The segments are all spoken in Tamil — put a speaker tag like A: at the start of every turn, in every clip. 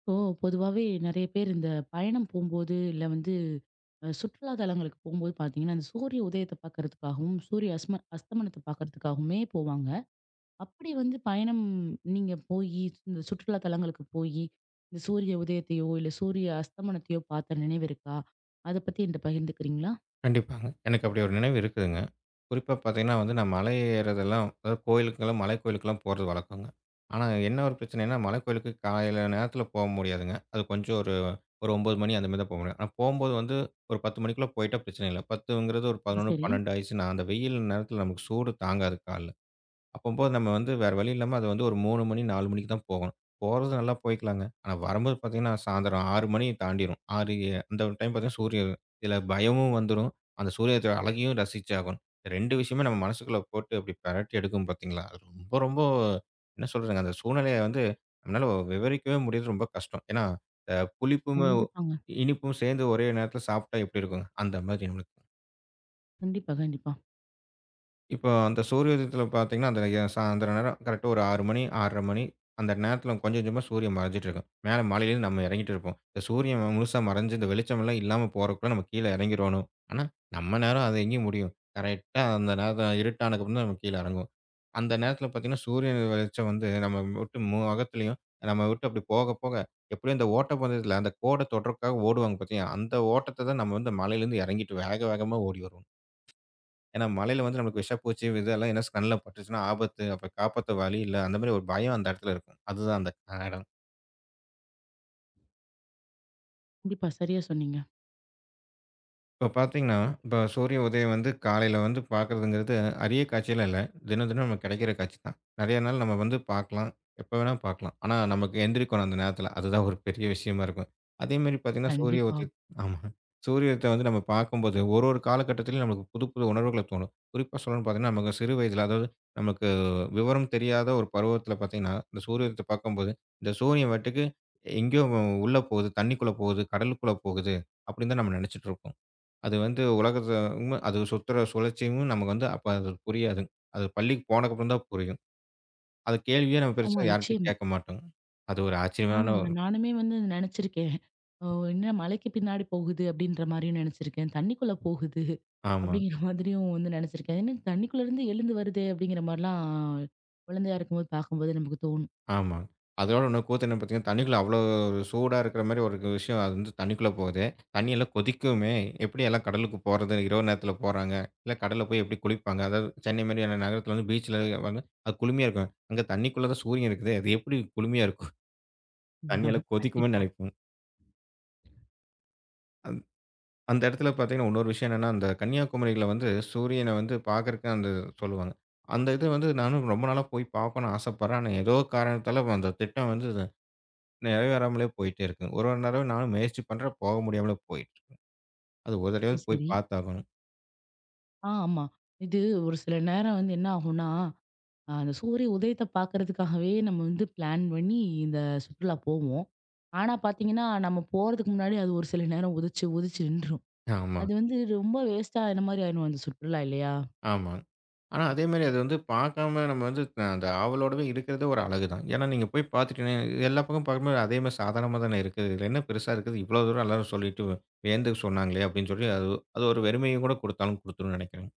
A: இப்போ பொதுவாவே நெறைய பேர் இந்த பயணம் போம்போது, இல்ல வந்து சுற்றுலா தலங்களுக்கு போம்போது பார்த்தீங்கன்னா, அந்த சூரிய உதயத்த பார்க்கறதுக்காகவும், சூரிய அஸ்தமனத்த பார்க்கறதுக்காகவுமே போவாங்க. அப்படி வந்து பயணம் நீங்க போயி, இந்த சுற்றுலா தலங்களுக்கு போயி, இந்த சூரிய உதயத்தையோ, இல்ல சூரிய அஸ்தமனத்தையோ பார்த்த நினைவு இருக்கா? அத பத்தி என்ட்ட பகிர்ந்துக்கிறீங்களா?
B: கண்டிப்பாங்க. எனக்கு அப்படி ஒரு நினைவு இருக்குதுங்க. குறிப்பா பார்த்தீங்கன்னா வந்து, நான் மலை ஏறுறதெல்லாம் அதாவது கோயிலுக்கெல்லாம் மலை கோயிலுக்கெல்லாம் போறது வழக்கங்க. ஆனா என்ன ஒரு பிரச்சனைன்னா, மலை கோயிலுக்கு காலையில நேரத்தில போ முடியாதுங்க. அது கொஞ்சம் ஒரு ஒரு 9 மணி அந்த மாரி தான் போ முடியும். ஆனா போம்போது வந்து ஒரு 10 மணிக்குள்ள போயிட்டா பிரச்சனை இல்ல. 10ங்கிறது ஒரு
A: அது
B: 11,
A: சரி.
B: 12 ஆயிடுச்சுன்னா, அந்த வெயில் நேரத்தில நமக்கு சூடு தாங்காது கால்ல. அப்பம்போது நம்ம வந்து வேற வழி இல்லாம அது வந்து ஒரு 3 மணி, 4 மணிக்கு தான் போகணும். போறது நல்லா போய்க்கலாங்க. ஆனா வரும்போது பார்த்தீங்கன்னா, சாயந்தரம் 6 மணி தாண்டிரும். 6 அந்த டைம் பார்த்தீங்கன்னா சூரியன் இதில பயமும் வந்துரும். அந்த சூரியத்தோட அழகையும் ரசிச்சாகணும். 2 விஷயமே நம்ம மனசுக்குள்ள போட்டு அப்படி பெரட்டி எடுக்கும் பார்த்தீங்களா, அது ரொம்ப ரொம்ப என்ன சொல்றதுங்க, அந்த சூழ்நிலைய வந்து நம்மளால விவரிக்கவே முடியறது ரொம்ப கஷ்டம். ஏன்னா, அ புளிப்பும்,
A: கண்டிப்பாங்க.
B: இனிப்பும் சேர்ந்து ஒரே நேரத்தில சாப்பிட்டா எப்படி இருக்கும்? அந்த மாதிரி நம்மளுக்கு
A: கண்டிப்பா, கண்டிப்பா.
B: இப்போ அந்த சூரிய உதயத்துல பார்த்தீங்கன்னா, அந்த சாயந்தரம் நேரம் கரெக்ட்டா ஒரு 6 மணி, 6:30 மணி அந்த நேரத்துல கொஞ்சம் கொஞ்சமா சூரியன் மறைஞ்சிட்டு இருக்கும். மேல மலையிலேருந்து நம்ம இறங்கிட்டு இருப்போம். இந்த சூரியன் முழுசா மறைஞ்சு இந்த வெளிச்சமெல்லாம் இல்லாம போறதுக்குள்ள நம்ம கீழ இறங்கிருவோணும். ஆனா, நம்ம நேரம் அது எங்க முடியும்? கரெக்ட்டா அந்த நேரம் இருட்டானதுக்கப்புறம் தான் நம்ம கீழ இறங்குவோம். அந்த நேரத்துல பார்த்தீங்கன்னா, சூரியன் வெளிச்சம் வந்து நம்ம விட்டு முகத்துலயும் நம்ம விட்டு அப்படி போக போக எப்படியும் அந்த ஓட்டப்பந்தயத்துல அந்த கோட தொடுறதுக்காக ஓடுவாங்க பார்த்தீங்களா, அந்த ஓட்டத்த தான் நம்ம வந்து மலையிலேருந்து இறங்கிட்டு வேக வேகமா ஓடி வருவோம். ஏன்னா, மழையில வந்து நம்மளுக்கு விஷப்பூச்சி இதெல்லாம் என்ன கண்ல பட்டுச்சுன்னா ஆபத்து. அப்ப காப்பாத்த வழி இல்ல. அந்த மாரி ஒரு பயம் அந்த இடத்துல இருக்கும். அதுதான் அந்த
A: கண்டிப்பா. சரியா சொன்னீங்க.
B: இப்போ பார்த்தீங்கன்னா, இப்போ சூரிய உதயம் வந்து காலையில வந்து பார்க்குறதுங்கிறது அரிய காட்சிலாம் இல்ல. தினம் தினம் நமக்கு கிடைக்கிற காட்சி தான். நெறைய நாள் நம்ம வந்து பார்க்கலாம். எப்ப வேணா பார்க்கலாம். ஆனா நமக்கு எந்திரிக்கணும் அந்த நேரத்தில. அதுதான் ஒரு பெரிய விஷயமா இருக்கும். அதேமாரி பார்த்தீங்கன்னா, சூரிய
A: கண்டிப்பா.
B: உதய ஆமா. சூரியத்த வந்து நம்ம பார்க்கும்போது ஒரு ஒரு காலகட்டத்திலும் நமக்கு புது புது உணர்வுகள தோணும். குறிப்பா சொல்லணும்னு பார்த்தீங்கன்னா, நமக்கு சிறு வயதில அதாவது நமக்கு விவரம் தெரியாத ஒரு பருவத்தில பார்த்தீங்கன்னா, இந்த சூரியத்த பார்க்கும்போது, இந்த சூரியன் பாட்டுக்கு எங்கேயோ உள்ள போகுது, தண்ணிக்குள்ள போகுது, கடலுக்குள்ள போகுது, அப்படின்னு தான் நம்ம நெனைச்சிட்டு இருப்போம். அது வந்து உலகத்த உண்ம அது சுத்துற சுழற்சியும் நமக்கு வந்து அப்ப அது புரியாதுங்க. அது பள்ளிக்கு போனதுக்கப்புறம் தான் புரியும். அது கேள்வியே நம்ம
A: ஆமா,
B: பெருசா யார்ட்டயும்
A: நிச்சயமா.
B: கேட்க மாட்டோங்க. அது ஒரு ஆச்சரியமான
A: ஆமாங்க.
B: ஒண்ணு.
A: நானுமே வந்து நெனச்சிருக்கேன். ஓ! என்ன மலைக்கு பின்னாடி போகுது அப்டின்ற மாரியும் நெனச்சிருக்கேன். தண்ணிக்குள்ள போகுது
B: ஆமா,
A: அப்டிங்கிற மாதிரியும் வந்து நெனச்சிருக்கேன். என்ன தண்ணிக்குள்ளருந்து எழுந்து வருதே அப்டிங்கிற மாரிலாம் குழந்தையா இருக்கும்போது பார்க்கும்போது நமக்கு தோணும்.
B: ஆமாங்க. அதோட இன்னொரு கூத்து என்ன பார்த்தீங்கன்னா, தண்ணிக்குள்ள அவ்வளோ ஒரு சூடா இருக்கிற மாரி ஒரு விஷயம் அது வந்து தண்ணிக்குள்ள போகுது. தண்ணி எல்லாம் கொதிக்குமே! எப்படி எல்லாம் கடலுக்கு போறது? இரவு நேரத்தில போறாங்க. இல்ல கடல்ல போய் எப்படி குளிப்பாங்க? அதாவது சென்னை மாரியான நகரத்தில வந்து பீச்ல வந்து அது குளுமையா இருக்கும். அங்க தண்ணிக்குள்ள தான் சூரியன் இருக்குது. அது எப்படி குளுமையா இருக்கும்? தண்ணி
A: ம்,
B: எல்லாம் கொதிக்குமோன்னு
A: கண்டிப்பா.
B: நினைப்போம். அந்த இடத்துல பார்த்தீங்கன்னா, இன்னொரு விஷயம் என்னன்னா, அந்த கன்னியாகுமரியில வந்து சூரியன வந்து பார்க்கறக்கு அந்த சொல்லுவாங்க. அந்த இது வந்து நானும் ரொம்ப நாளா போய் பார்க்கணும்னு ஆசைப்படுறேன். ஆனா, ஏதோ காரணத்தால அந்த திட்டம் வந்து இது நிறைவேறாமலே போயிட்டே இருக்கு. ஒரு ஒரு தடவை நானும் முயற்சி பண்றேன். போக முடியாமலே போயிடுச்சு. அது ஒரு
A: சரி,
B: தடவையாவது போய்
A: சரி.
B: பார்த்தாகணும்.
A: ஆ, ஆமா. இது ஒரு சில நேரம் வந்து என்ன ஆகும்னா, அந்த சூரிய உதயத்த பார்க்கறதுக்காகவே நம்ம வந்து பிளான் பண்ணி இந்த சுற்றுலா போவோம். ஆனா பார்த்தீங்கன்னா, நம்ம போறதுக்கு முன்னாடி அது ஒரு சில நேரம் உதிச்சு, உதிச்சு நின்றும்.
B: ஆமா.
A: அது வந்து ரொம்ப வேஸ்ட்டா ஆன மாரி ஆயிரும் அந்த சுற்றுலா இல்லையா?
B: ஆமா. ஆனா அதே மாரி அது வந்து பார்க்காம நம்ம வந்து அந்த ஆவலோடவே இருக்கிறதே ஒரு அழகு தான். ஏன்னா நீங்க போய் பார்த்துட்டீங்கன்னா, இது எல்லா பக்கமும் பார்க்கும்போது அதே மாரி சாதாரணமா தானே இருக்குது. இதில என்ன பெருசா இருக்குது? இவ்வளோ தூரம் எல்லாரும் சொல்லிட்டு வியந்து சொன்னாங்களே! அப்படின்னு சொல்லி அது அது ஒரு வெறுமையும் கூட குடுத்தாலும் குடுத்துரும்னு நெனைக்கிறேன்.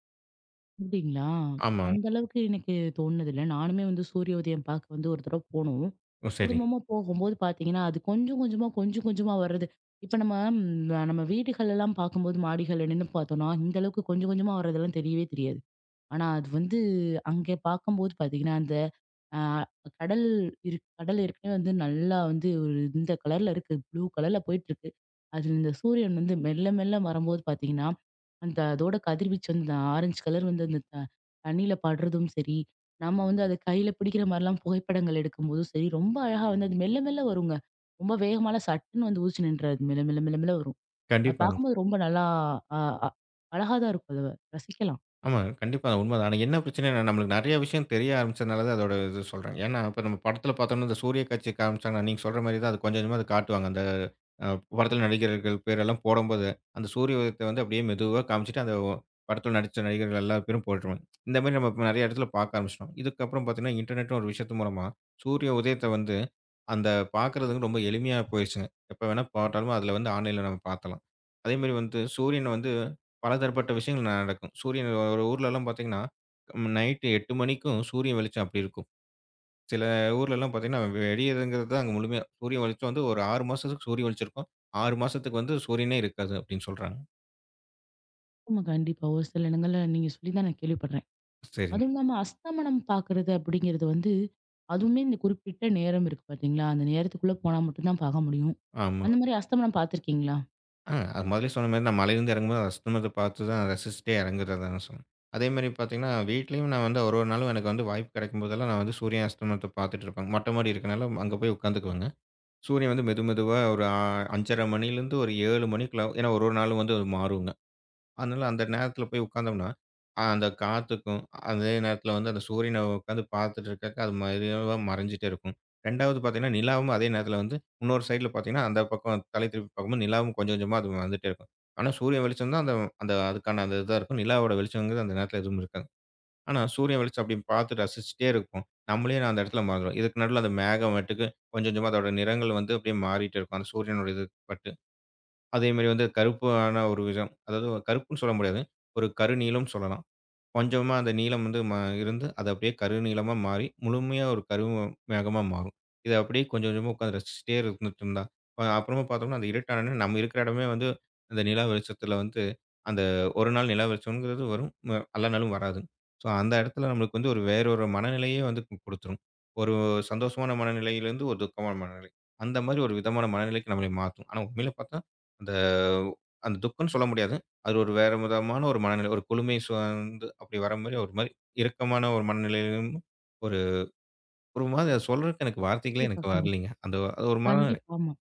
A: அப்படிங்களா?
B: ஆமாங்க.
A: அந்த அளவுக்கு எனக்கு தோணுனதில்ல. நானுமே வந்து சூரிய உதயம் பார்க்க வந்து ஒரு தடவ போனோம்.
B: ஓ! சரிங்க.
A: குடும்பமா போகும்போது பார்த்தீங்கன்னா, அது கொஞ்சம் கொஞ்சமா, கொஞ்சம் கொஞ்சமா வர்றது. இப்ப நம்ம நம்ம வீடுகள்லாம் பார்க்கும்போது மாடிகள்ல நின்னு பார்த்தோம்னா, இந்த அளவுக்கு கொஞ்சம் கொஞ்சமா வர்றதெல்லாம் தெரியவே தெரியாது. ஆனா, அது வந்து அங்க பார்க்கும்போது பார்த்தீங்கன்னா, அந்த அ கடல் கடல் ஏற்கனவே வந்து நல்லா வந்து ஒரு இந்த கலர்ல இருக்கு. ப்ளூ கலர்ல போயிட்டுருக்கு. அது இந்த சூரியன் வந்து மெல்ல மெல்ல வரும்போது பார்த்தீங்கன்னா, அந்த அதோட கதிர்வீச்சு வந்து இந்த ஆரஞ்சு கலர் வந்து அந்த தண்ணீல படுறதும் சரி, நம்ம வந்து அத கையில பிடிக்கிற மாரிலாம் புகைப்படங்கள் எடுக்கும்போதும் சரி, ரொம்ப அழகா வந்து அது மெல்ல மெல்ல வருங்க. ரொம்ப வேகமாலாம் சட்டுன்னு வந்து உதிச்சு நின்றாது. மெல்ல மெல்ல மெல்ல மெல்ல வரும். அது
B: கண்டிப்பா.
A: பார்க்கும்போது ரொம்ப நல்லா அ அ அழகா தான் இருக்கும். அத ரசிக்கலாம்.
B: ஆமா. கண்டிப்பா உண்மதான். ஆனா என்ன பிரச்சனைன்னா, நம்மளுக்கு நெறைய விஷயம் தெரிய ஆரம்பிச்சதுனால தான் அதோட இது சொல்றேன். ஏன்னா, இப்ப நம்ம படத்துல பார்த்தோம்னா, இந்த சூரிய காட்சி காமிச்சாங்கன்னா, நீங்க சொல்ற மாரி தான் அது கொஞ்சம் கொஞ்சமா அது காட்டுவாங்க. அந்த அ படத்துல நடிகர்கள் பேரெல்லாம் போடும்போது, அந்த சூரிய உதயத்த வந்து அப்படியே மெதுவா காமிச்சுட்டு, அந்த படத்துல நடிச்ச நடிகர்கள் எல்லா பேரும் போட்டுருவாங்க. இந்த மாரி நம்ம இப்ப நெறைய இடத்துல பார்க்க ஆரம்பிச்சுட்டோம். இதுக்கப்புறம் பார்த்தீங்கன்னா, இன்டர்நெட்னு ஒரு விஷயத்து மூலமா சூரிய உதயத்த வந்து அந்த பார்க்கறதுக்கு ரொம்ப எளிமையா போயிருச்சுங்க. எப்ப வேணா போட்டாலும், அதுல வந்து ஆன்லைன்ல நம்ம பார்த்தலாம். அதே மாரி வந்து சூரியன் வந்து பலதரப்பட்ட விஷயங்கள் நடக்கும். சூரியன் ஒரு ஊர்லலாம் பார்த்தீங்கன்னா, நைட் 8 மணிக்கும் சூரியன் வெளிச்சம் அப்படி இருக்கும். சில ஊர்லலாம் பார்த்தீங்கன்னா, வெடியதுங்கிறது தான் அங்க முழுமையா. சூரியன் வெளிச்சம் வந்து ஒரு 6 மாசத்துக்கு சூரிய வெளிச்சம் இருக்கும். 6 மாசத்துக்கு வந்து சூரியனே இருக்காது அப்படின்னு சொல்றாங்க.
A: ஆமா, கண்டிப்பா. ஒரு சில இடங்கள்ல நீங்க சொல்லி தான் நான் கேள்விப்படுறேன்.
B: சரிங்க.
A: அதுவும் இல்லாம அஸ்தமனம் பார்க்குறது அப்படிங்கிறது வந்து, அதுவுமே இந்த குறிப்பிட்ட நேரம் இருக்கு பார்த்தீங்களா? அந்த நேரத்துக்குள்ள போனா மட்டும் தான் பார்க்க முடியும்.
B: ஆமா.
A: அந்த மாரி அஸ்தமனம் பார்த்துருக்கீங்களா?
B: ஆ அது முதலே சொன்ன மாரி நான் மலையிலேருந்து இறங்கும்போது அஸ்தமனத்த பார்த்து தான் ரசிச்சுட்டே இறங்குறதா நான் சொன்னேன். அதேமாரி பார்த்தீங்கன்னா, வீட்லயும் நான் வந்து ஒரு ஒரு நாளும் எனக்கு வந்து வாய்ப்பு கிடைக்கும் போதெல்லாம் நான் வந்து சூரியன் அஸ்தமனத்த பார்த்துட்டு இருப்பேன். மொட்டை மாடி இருக்கனால அங்க போய் உட்காந்துக்குவேங்க. சூரியன் வந்து மெது மெதுவா ஒரு 5:30 மணிலேருந்து ஒரு 7 மணிக்குள்ள ஏன்னா ஒரு ஒரு நாளும் வந்து அது மாறுங்க. அதனால அந்த நேரத்தில போய் உட்கார்ந்தோம்னா, அந்த காத்துக்கும், அதே நேரத்தில வந்து அந்த சூரியன உட்காந்து பார்த்துட்டு இருக்கக்க அது மெதுவா மறைஞ்சிட்டே இருக்கும். 2வது பார்த்தீங்கன்னா, நிலாவும் அதே நேரத்தில வந்து இன்னொரு சைடில பார்த்தீங்கன்னா, அந்த பக்கம் தலை திருப்பி பார்க்கும்போது நிலாவும் கொஞ்சம் கொஞ்சமா அது வந்துட்டே இருக்கும். ஆனா சூரியன் வெளிச்சம் தான் அந்த அந்த அதுக்கான அந்த இதா இருக்கும். நிலாவோட வெளிச்சம்ங்கிறது அந்த நேரத்தில எதுவும் இருக்காது. ஆனா, சூரிய வெளிச்சம் அப்படி பார்த்து ரசிச்சுட்டே இருப்போம். நம்மளே நான் அந்த இடத்துல மறந்துருவோம். இதுக்கு நடுவுல அந்த மேகமேட்டுக்கு கொஞ்சம் கொஞ்சமா அதோட நிறங்கள் வந்து அப்படியே மாறிட்டு இருக்கும். அந்த சூரியனோட இது பட்டு. அதேமாரி வந்து கருப்பான ஒரு விதம். அதாவது கருப்புன்னு சொல்ல முடியாது. ஒரு கருநீலம்னு சொல்லலாம். கொஞ்சமா அந்த நீளம் வந்து இருந்து, அது அப்படியே கருநீலமா மாறி, முழுமையா ஒரு கரும மேகமா மாறும். இத அப்படியே கொஞ்சம் கொஞ்சமா உட்காந்து ரசிச்சுட்டே இருந்துட்டு இருந்தா, அப்புறமா பார்த்தோம்னா, அது இருட்டான உடனே நம்ம இருக்கிற இடமே வந்து அந்த நிலா வெளிச்சத்தில வந்து அந்த ஒரு நாள் நிலா வெளிச்சம்ங்கிறது வரும். எல்லா நாளும் வராது. ஸோ, அந்த இடத்துல நம்மளுக்கு வந்து ஒரு வேற ஒரு மனநிலையே வந்து குடுத்துரும். ஒரு சந்தோஷமான மனநிலையிலிருந்து ஒரு துக்கமான மனநிலை. அந்த மாரி ஒரு விதமான மனநிலைக்கு நம்மள மாத்தும். ஆனா உண்மையில பார்த்தா, அந்த அந்த துக்கம்ன்னு சொல்ல முடியாது. அது ஒரு வேற விதமான ஒரு மனநிலை. ஒரு குளுமை சூழ்ந்து அப்படி வர மாரி ஒரு மாரி இறுக்கமான ஒரு மனநிலையிலும் ஒரு ஒரு மாதிரி அத சொல்றதுக்கு எனக்கு வார்த்தைகளே
A: கண்டிப்பா,
B: எனக்கு
A: கண்டிப்பா.
B: வரலைங்க. அந்த அது ஒரு மனநிலை.
A: கண்டிப்பா, ஆமா.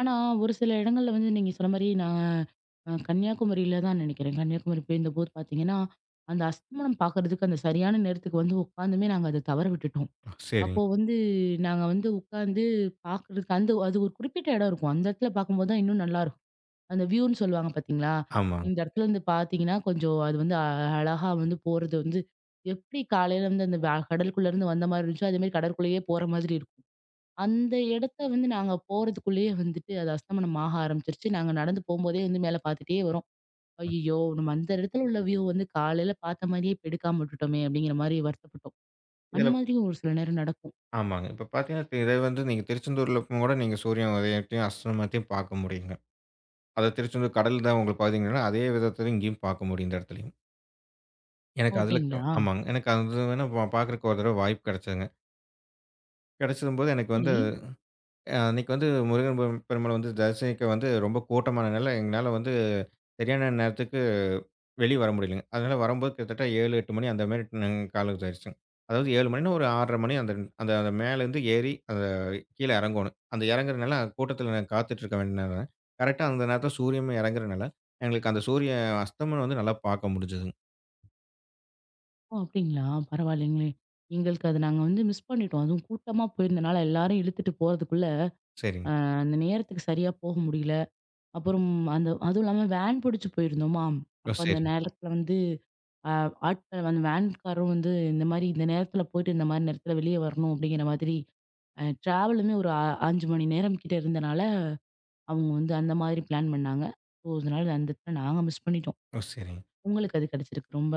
A: ஆனா, ஒரு சில இடங்கள்ல வந்து நீங்க சொன்ன மாரி நான் கன்னியாகுமரியில தான் நினைக்கிறேன். கன்னியாகுமரி போயிருந்தபோது பார்த்தீங்கன்னா, அந்த அஸ்தமனம் பார்க்குறதுக்கு அந்த சரியான நேரத்துக்கு வந்து உட்காந்துமே நாங்க அத தவற விட்டுட்டோம்.
B: சரிங்க.
A: அப்போ வந்து நாங்க வந்து உட்காந்து பார்க்குறதுக்கு அந்த அது ஒரு குறிப்பிட்ட இடம் இருக்கும். அந்த இடத்துல பார்க்கும்போது தான் இன்னும் நல்லாருக்கும். அந்த வியூன்னு சொல்லுவாங்க பார்த்தீங்களா?
B: ஆமாங்க.
A: இந்த இடத்துல இருந்து பார்த்தீங்கன்னா, கொஞ்சம் அது வந்து அழகா வந்து போறது வந்து எப்படி காலையில வந்து அந்த கடலுக்குள்ளருந்து வந்த மாரி இருந்துச்சோ, அதேமாரி கடற்குள்ளேயே போற மாதிரி இருக்கும். அந்த இடத்த வந்து நாங்க போறதுக்குள்ளேயே வந்துட்டு அது அஸ்தமனம் ஆக ஆரம்பிச்சுருச்சு. நாங்க நடந்து போம்போதே வந்து மேல பார்த்துட்டே வரோம். "ஐய்யயோ! நம்ம அந்த இடத்துல உள்ள வியூ வந்து காலையில பார்த்த மாரியே இப்ப எடுக்காம விட்டுட்டோமே!" அப்படிங்கிற மாரி வருத்தப்பட்டோம். அந்த
B: இதில
A: மாதிரியும் ஒரு சில நேரம் நடக்கும்.
B: ஆமாங்க. இப்ப பார்த்தீங்கன்னா, இத வந்து நீங்க திருச்செந்தூர்ல கூட நீங்க சூரிய உதயத்தையும், அஸ்தமனத்தையும் பார்க்க முடியுங்க. அத திருச்செந்தூர் கடல் தான் உங்களுக்கு பார்த்தீங்கன்னா, அதே விதத்தில இங்கேயும் பார்க்க முடியும் இந்த இடத்துலயும். எனக்கு
A: ஓ!
B: அதில
A: அப்படிங்களா?
B: ஆமாங்க. எனக்கு அது வேணா பார்க்கறக்கு ஒரு தடவ வாய்ப்பு கிடைச்சதுங்க. கிடைச்சதும்போது எனக்கு வந்து
A: சரி.
B: அன்னைக்கு வந்து முருகன் பெரும் பெருமாள் வந்து தரிசனிக்க வந்து ரொம்ப கூட்டமானதுனால, எங்கனால வந்து சரியான நேரத்துக்கு வெளிய வர முடியலங்க. அதனால வரும்போது கிட்டத்தட்ட 7, 8 மணி அந்த மாரி நாங் காலம் ஆயிடுச்சுங்க. அதாவது 7 மணின்னா ஒரு 6:30 மணி அந்த அந்த அந்த மேலேருந்து ஏறி அத கீழ இறங்கோணும். அந்த இறங்குறதுனால கூட்டத்துல நான் காத்துட்டு இருக்க வேண்டியதுனால, கரெக்ட்டா அந்த நேரத்துல சூரியனும் இறங்குறனால, எங்களுக்கு அந்த சூரிய அஸ்தமனம் வந்து நல்லா பார்க்க முடிஞ்சதுங்க.
A: ஓ! அப்டிங்களா? பரவாயில்லைங்களே! எங்களுக்கு அத நாங்க வந்து மிஸ் பண்ணிட்டோம். அதுவும் கூட்டமா போயிருந்தனால, எல்லாரையும் இழுத்துட்டு போறதுக்குள்ள,
B: சரிங்க.
A: அ அந்த நேரத்துக்கு சரியா போக முடியல. அப்புறம் அந்த அதுவும் இல்லாம வேன் பிடிச்சு போயிருந்தோமா,
B: ஓ!
A: அப்ப அந்த
B: சரிங்க.
A: நேரத்துல வந்து அ ஆட்கள் வந்து வேன்காரரும் வந்து இந்த மாரி இந்த நேரத்துல போயிட்டு, இந்த மாரி நேரத்துல வெளிய வரணும் அப்டிங்கிற மாதிரி, டிராவலுமே ஒரு 5 மணி நேரம் கிட்ட இருந்தனால, அவங்க வந்து அந்த மாதிரி பிளான் பண்ணாங்க. ஸோ அதனால அந்த இடத்துல நாங்க மிஸ் பண்ணிட்டோம்.
B: ஓ! சரிங்க.
A: உங்களுக்கு அது கிடைச்சிருக்கு. ரொம்ப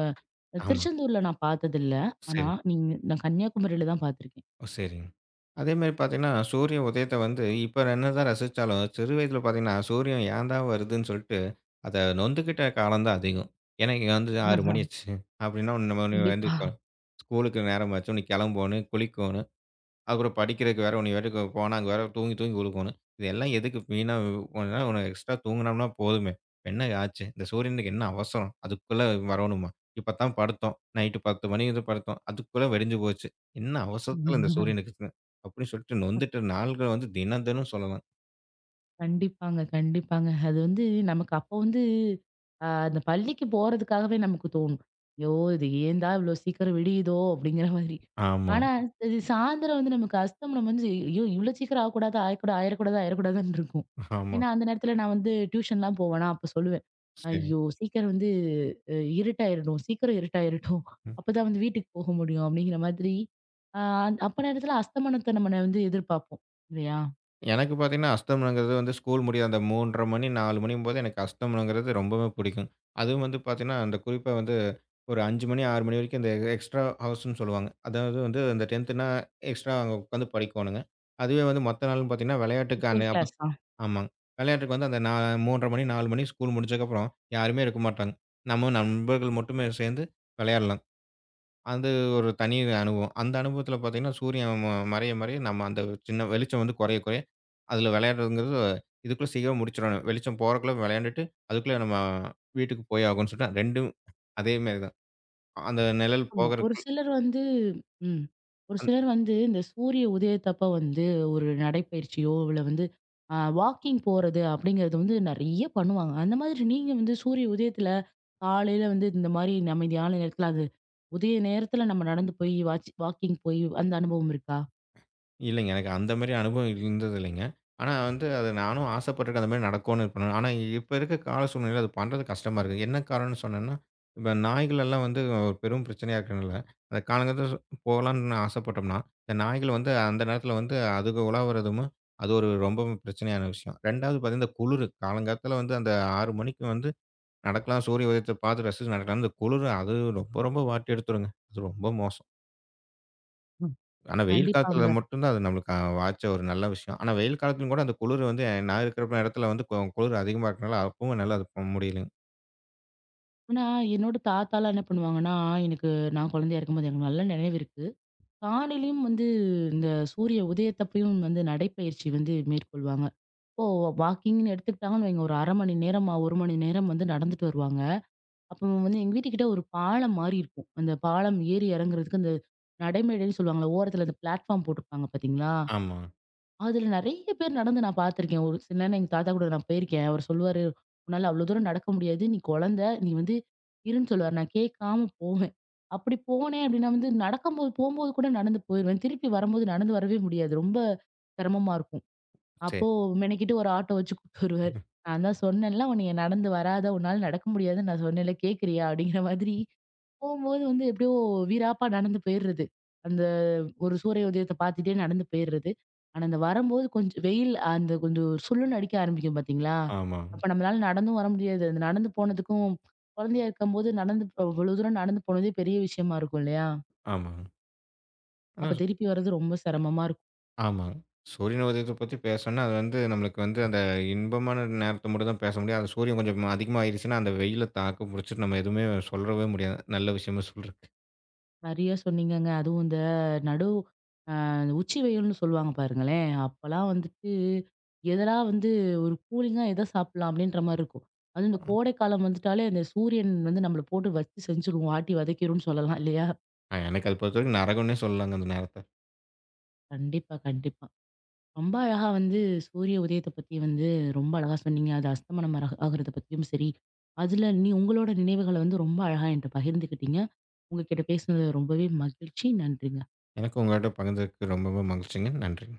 B: ஆமா.
A: திருச்செந்தூர்ல நான் பார்த்ததில்ல. ஆனா,
B: சரி.
A: நீங்க நான் கன்னியாகுமரியில தான் பார்த்துருக்கேன்.
B: ஓ! சரிங்க. அதேமாரி பார்த்தீங்கன்னா, சூரிய உதயத்த வந்து இப்ப என்னதான் ரசிச்சாலும், சிறு வயதில பார்த்தீங்கன்னா, சூரியன் ஏன்டா வருதுன்னு சொல்ட்டு, அத நொந்துக்கிட்ட காலம் தான் அதிகம். ஏன்னா, இங்க வந்து 6 மணி ஆச்சு. அப்பிடின்னா, நம்ம வந்து
A: கண்டிப்பா.
B: இப்போ ஸ்கூலுக்கு நேரமாச்சு. நீ கிளம்பணும், குளிக்கணும். அப்புறம் படிக்கிறதுக்கு வேற உன்னை வேட்டுக்கு போனா, அங்க வேற தூங்கி தூங்கி உழுகணும். இதெல்லாம் எதுக்கு வீணா போனா உனக்கு எக்ஸ்ட்ரா தூங்குனோம்னா போதுமே! இப்ப என்ன ஆச்சு? இந்த சூரியனுக்கு என்ன அவசரம்? அதுக்குள்ள வரணுமா? இப்ப தான் படுத்தோம். நைட்டு 10 மணி இது படுத்தோம். அதுக்குள்ள வெடிஞ்சு போச்சு. என்ன அவசரத்துல இந்த சூரியனுக்கு? அப்படின்னு சொல்லிட்டு நொந்துட்ட நாள்கள் வந்து தினம் தினம் சொல்லலாம்.
A: கண்டிப்பாங்க, கண்டிப்பாங்க. அது வந்து நமக்கு அப்போ வந்து அந்த பள்ளிக்கு போறதுக்காகவே நமக்கு தோணும். "ஐயோ! இது ஏன்டா இவ்ளோ சீக்கிரம் விடியுதோ?" அப்படிங்கிற மாதிரி.
B: ஆமா,
A: ஆனா, இது சாயந்தரம் வந்து நமக்கு அஸ்தமனம் வந்து, "ஐயோ! இவ்ளோ சீக்கிரம் ஆகக்கூடாதா? ஆயக்கூடா ஆயிரக்கூடாதா? ஆயிரக்கூடாதான்னு" இருக்கும்.
B: ஆமா.
A: ஏன்னா, அந்த நேரத்தில நான் வந்து டியூஷன்லாம் போவேனா, அப்ப சொல்லுவேன்.
B: சரி.
A: "ஐயோ! சீக்கிரம் வந்து அ இருட்டாயிரணும். சீக்கிரம் இருட்டாயிரட்டும். அப்பதான் வந்து வீட்டுக்கு போக முடியும்." அப்படிங்கிற மாதிரி. அ அப்ப நேரத்தில அஸ்தமனத்த நம்ம வந்து எதிர்பார்ப்போம். இல்லையா?
B: எனக்கு பார்த்தீங்கன்னா, அஸ்தமனங்கிறது வந்து ஸ்கூல் முடிய அந்த 3:30 மணி, 4 மணிங்கும்போது எனக்கு அஸ்தமனங்கிறது ரொம்பவே பிடிக்கும். அதுவும் வந்து பார்த்தீங்கன்னா, அந்த குறிப்பா வந்து ஒரு 5 மணி, 6 மணி வரைக்கும் இந்த எக்ஸ்ட்ரா ஹவர்ஸ்ன்னு சொல்லுவாங்க. அதாவது வந்து அந்த 10த்துனா எக்ஸ்ட்ரா அங்க உட்காந்து படிக்கோணுங்க. அதுவே வந்து மத்த நாள்னு பார்த்தீங்கன்னா, விளையாட்டுக்கு அன்னை
A: டியூஷன்
B: அப்ப
A: கிளாஸ்.
B: ஆமாங்க. விளையாட்டுக்கு வந்து அந்த 3:30 மணி, 4 மணி ஸ்கூல் முடிச்சதுக்கப்புறம் யாருமே இருக்க மாட்டாங்க. நம்ம நண்பர்கள் மட்டுமே சேர்ந்து விளையாடலாம். அது ஒரு தனி அனுபவம். அந்த அனுபவத்தில பார்த்தீங்கன்னா, சூரியன் மறைய, மறைய நம்ம அந்த சின்ன வெளிச்சம் வந்து குறைய, குறைய அதில விளையாடுறதுங்கிறது இதுக்குள்ள சீக்கிரம் முடிச்சுரணும். வெளிச்சம் போறக்குள்ள விளையாண்டுட்டு, அதுக்குள்ள நம்ம வீட்டுக்கு போய் ஆகணும்னு சொல்லிட்டு 2ம் அதே மாரி தான். அந்த நிழல்
A: ஆமா. ஒரு
B: போகறதுக்குள்
A: சிலர் வந்து ம். ஒரு சிலர் வந்து இந்த சூரிய உதயத்தப்ப வந்து ஒரு நடைப்பயிற்சியோ, இல்ல வந்து வாக்கிங் போறது அப்படிங்கிறது வந்து நெறைய பண்ணுவாங்க. அந்த மாதிரி நீங்க வந்து சூரிய உதயத்துல காலையில வந்து இந்த மாரி அமைதியான நேரத்துல, அது உதய நேரத்துல நம்ம நடந்து போய் வாக்கிங் போய் அந்த அனுபவம் இருக்கா?
B: இல்லைங்க. எனக்கு அந்த மாரி அனுபவம் இருந்தது இல்லைங்க. ஆனா வந்து அது நானும் ஆசைப்பட்டுருக்கேன். அந்த மாரி நடக்கும்னு இது பண்ணேன். ஆனா இப்ப இருக்க கால சூழ்நிலையில அது பண்றது கஷ்டமா இருக்கு. என்ன காரணம்னு சொன்னேன்னா, இப்ப நாய்கள் எல்லாம் வந்து ஒரு பெரும் பிரச்சனையா இருக்கனால, அந்த காலங்கள்ல போகலான்னு ஆசைப்பட்டோம்னா, இந்த நாய்கள் வந்து அந்த நேரத்தில வந்து அதுக உலாவுறதும், அது ஒரு ரொம்ப பிரச்சனையான விஷயம். 2வது பார்த்தீங்கன்னா, இந்த குளிரு காலங்காத்தால வந்து அந்த 6 மணிக்கு வந்து நடக்கலாம், சூரிய உதயத்த பார்த்து ரசிச்சு நடக்கலாம்ன்னு, இந்த குளிரு அது ரொம்ப ரொம்ப வாட்டி எடுத்துருங்க. அது ரொம்ப மோசம்.
A: ம்.
B: ஆனா, வெயில் காலத்துல
A: கண்டிப்பாங்க.
B: மட்டும் தான் அது நம்மளுக்கு வாச்ச ஒரு நல்ல விஷயம். ஆனா, வெயில் காலத்துலயும் கூட அந்த குளிர் வந்து நான் இருக்கிற இடத்துல வந்து குளிர் அதிகமா இருக்கனால அப்பவும் என்னால அது முடியலங்க.
A: ஏன்னா என்னோட தாத்தாலாம் என்ன பண்ணுவாங்கன்னா, எனக்கு நான் குழந்தையா இருக்கும்போது எனக்கு நல்ல நினைவு இருக்கு. காலையிலயும் வந்து இந்த சூரிய உதயத்தப்பயும் வந்து நடைப்பயிற்சி வந்து மேற்கொள்வாங்க. ஓ! வாக்கிங்ன்னு எடுத்துக்கிட்டாங்கன்னு வைங்க, ஒரு ½ மணி நேரமா, 1 மணி நேரம் வந்து நடந்துட்டு வருவாங்க. அப்போ வந்து எங்க வீட்டுக்கிட்ட ஒரு பாலம் மாரி இருக்கும். அந்த பாலம் ஏறி இறங்குறதுக்கு அந்த நடைமேடைன்னு சொல்லுவாங்கல்ல, ஓரத்துல அந்த பிளாட்ஃபார்ம் போட்டிருப்பாங்க பார்த்தீங்களா?
B: ஆமா.
A: அதுல நெறைய பேர் நடந்து நான் பார்த்துருக்கேன். ஒரு சில நேரம் எங்க தாத்தா கூட நான் போயிருக்கேன். அவரு சொல்லுவாரு, "உன்னால அவ்வளோ தூரம் நடக்க முடியாது. நீ குழந்தை. நீ வந்து இருன்னு" சொல்லுவாரு. நான் கேட்காம போவேன். அப்படி போனேன் அப்படின்னா வந்து நடக்கும்போது போம்போது கூட நடந்து போயிருவேன். திருப்பி வரும்போது நடந்து வரவே முடியாது. ரொம்ப சிரமமா இருக்கும்.
B: சரி.
A: அப்போ மெனக்கிட்டு ஒரு ஆட்டோ வச்சு கூட்டு வருவாரு.
B: ம்.
A: நான் தான் சொன்னேன்ல, "உன்னைய நடந்து வராத, உன்னால நடக்க முடியாதுன்னு நான் சொன்னேன்ல கேட்கறியா?" அப்படிங்கிற மாதிரி போம்போது வந்து எப்படியோ வீராப்பா நடந்து போயிடுறது. அந்த ஒரு சூரிய உதயத்த பார்த்துட்டே நடந்து போயிடுறது. ஆனா, அந்த வரும்போது கொஞ்சம் வெயில் அந்த கொஞ்சம் சுள்ளுன்னு அடிக்க ஆரம்பிக்கும் பார்த்தீங்களா?
B: ஆமாங்க,
A: அப்ப நம்மளால நடந்தும் வர முடியாது. அந்த நடந்து போனதுக்கும் குழந்தையா இருக்கும்போது இவ்வளவு தூரம் நடந்து போனதே பெரிய விஷயமா இருக்கும் இல்லையா?
B: ஆமாங்க. ஆ
A: அப்ப திருப்பி வர்றது ரொம்ப சிரமமா இருக்கும்.
B: ஆமாங்க. சூரியன் உதயத்த பத்தி பேசணும்னா, அது வந்து நம்மளுக்கு வந்து அந்த இன்பமான நேரத்த மட்டும் தான் பேச முடியும். அது சூரியன் கொஞ்சம் அதிகமாயிருச்சுன்னா, அந்த வெயில தாக்கு புடிச்சுட்டு நம்ம எதுவுமே சொல்லவே முடியாது. நல்ல விஷயமா சொல்றதுக்கு.
A: நெறைய சொன்னீங்கங்க. அதுவும் இந்த நடு அந்த உச்சி வெயில்னு சொல்லுவாங்க பாருங்களேன்! அப்பலாம் வந்துட்டு எதனா வந்து ஒரு கூலிங்கா எத சாப்பிடலாம் அப்டின்ற மாரி இருக்கும். அதுவும் இந்த கோடைக்காலம் வந்துட்டாலே அந்த சூரியன் வந்து நம்மள போட்டு வச்சு செஞ்சுரும். ஆட்டி வதைக்கிரும்னு சொல்லலாம் இல்லையா?
B: ஆ, எனக்கு அது பொறுத்தவரைக்கும் நரகம்னே சொல்லலாங்க அந்த நேரத்த.
A: கண்டிப்பா, கண்டிப்பா. ரொம்ப அழகா வந்து சூரிய உதயத்த பத்தி வந்து ரொம்ப அழகா சொன்னீங்க. அது அஸ்தமனம் ஆக ஆகுறத பத்தியும் சரி, அதுல நீ உங்களோட நினைவுகள வந்து ரொம்ப அழகா என்ட்ட பகிர்ந்துக்கிட்டீங்க. உங்ககிட்ட பேசினது ரொம்பவே மகிழ்ச்சி. நன்றிங்க.
B: எனக்கு உங்ககிட்ட பகிர்ந்ததுக்கு ரொம்பவே மகிழ்ச்சிங்க. நன்றி.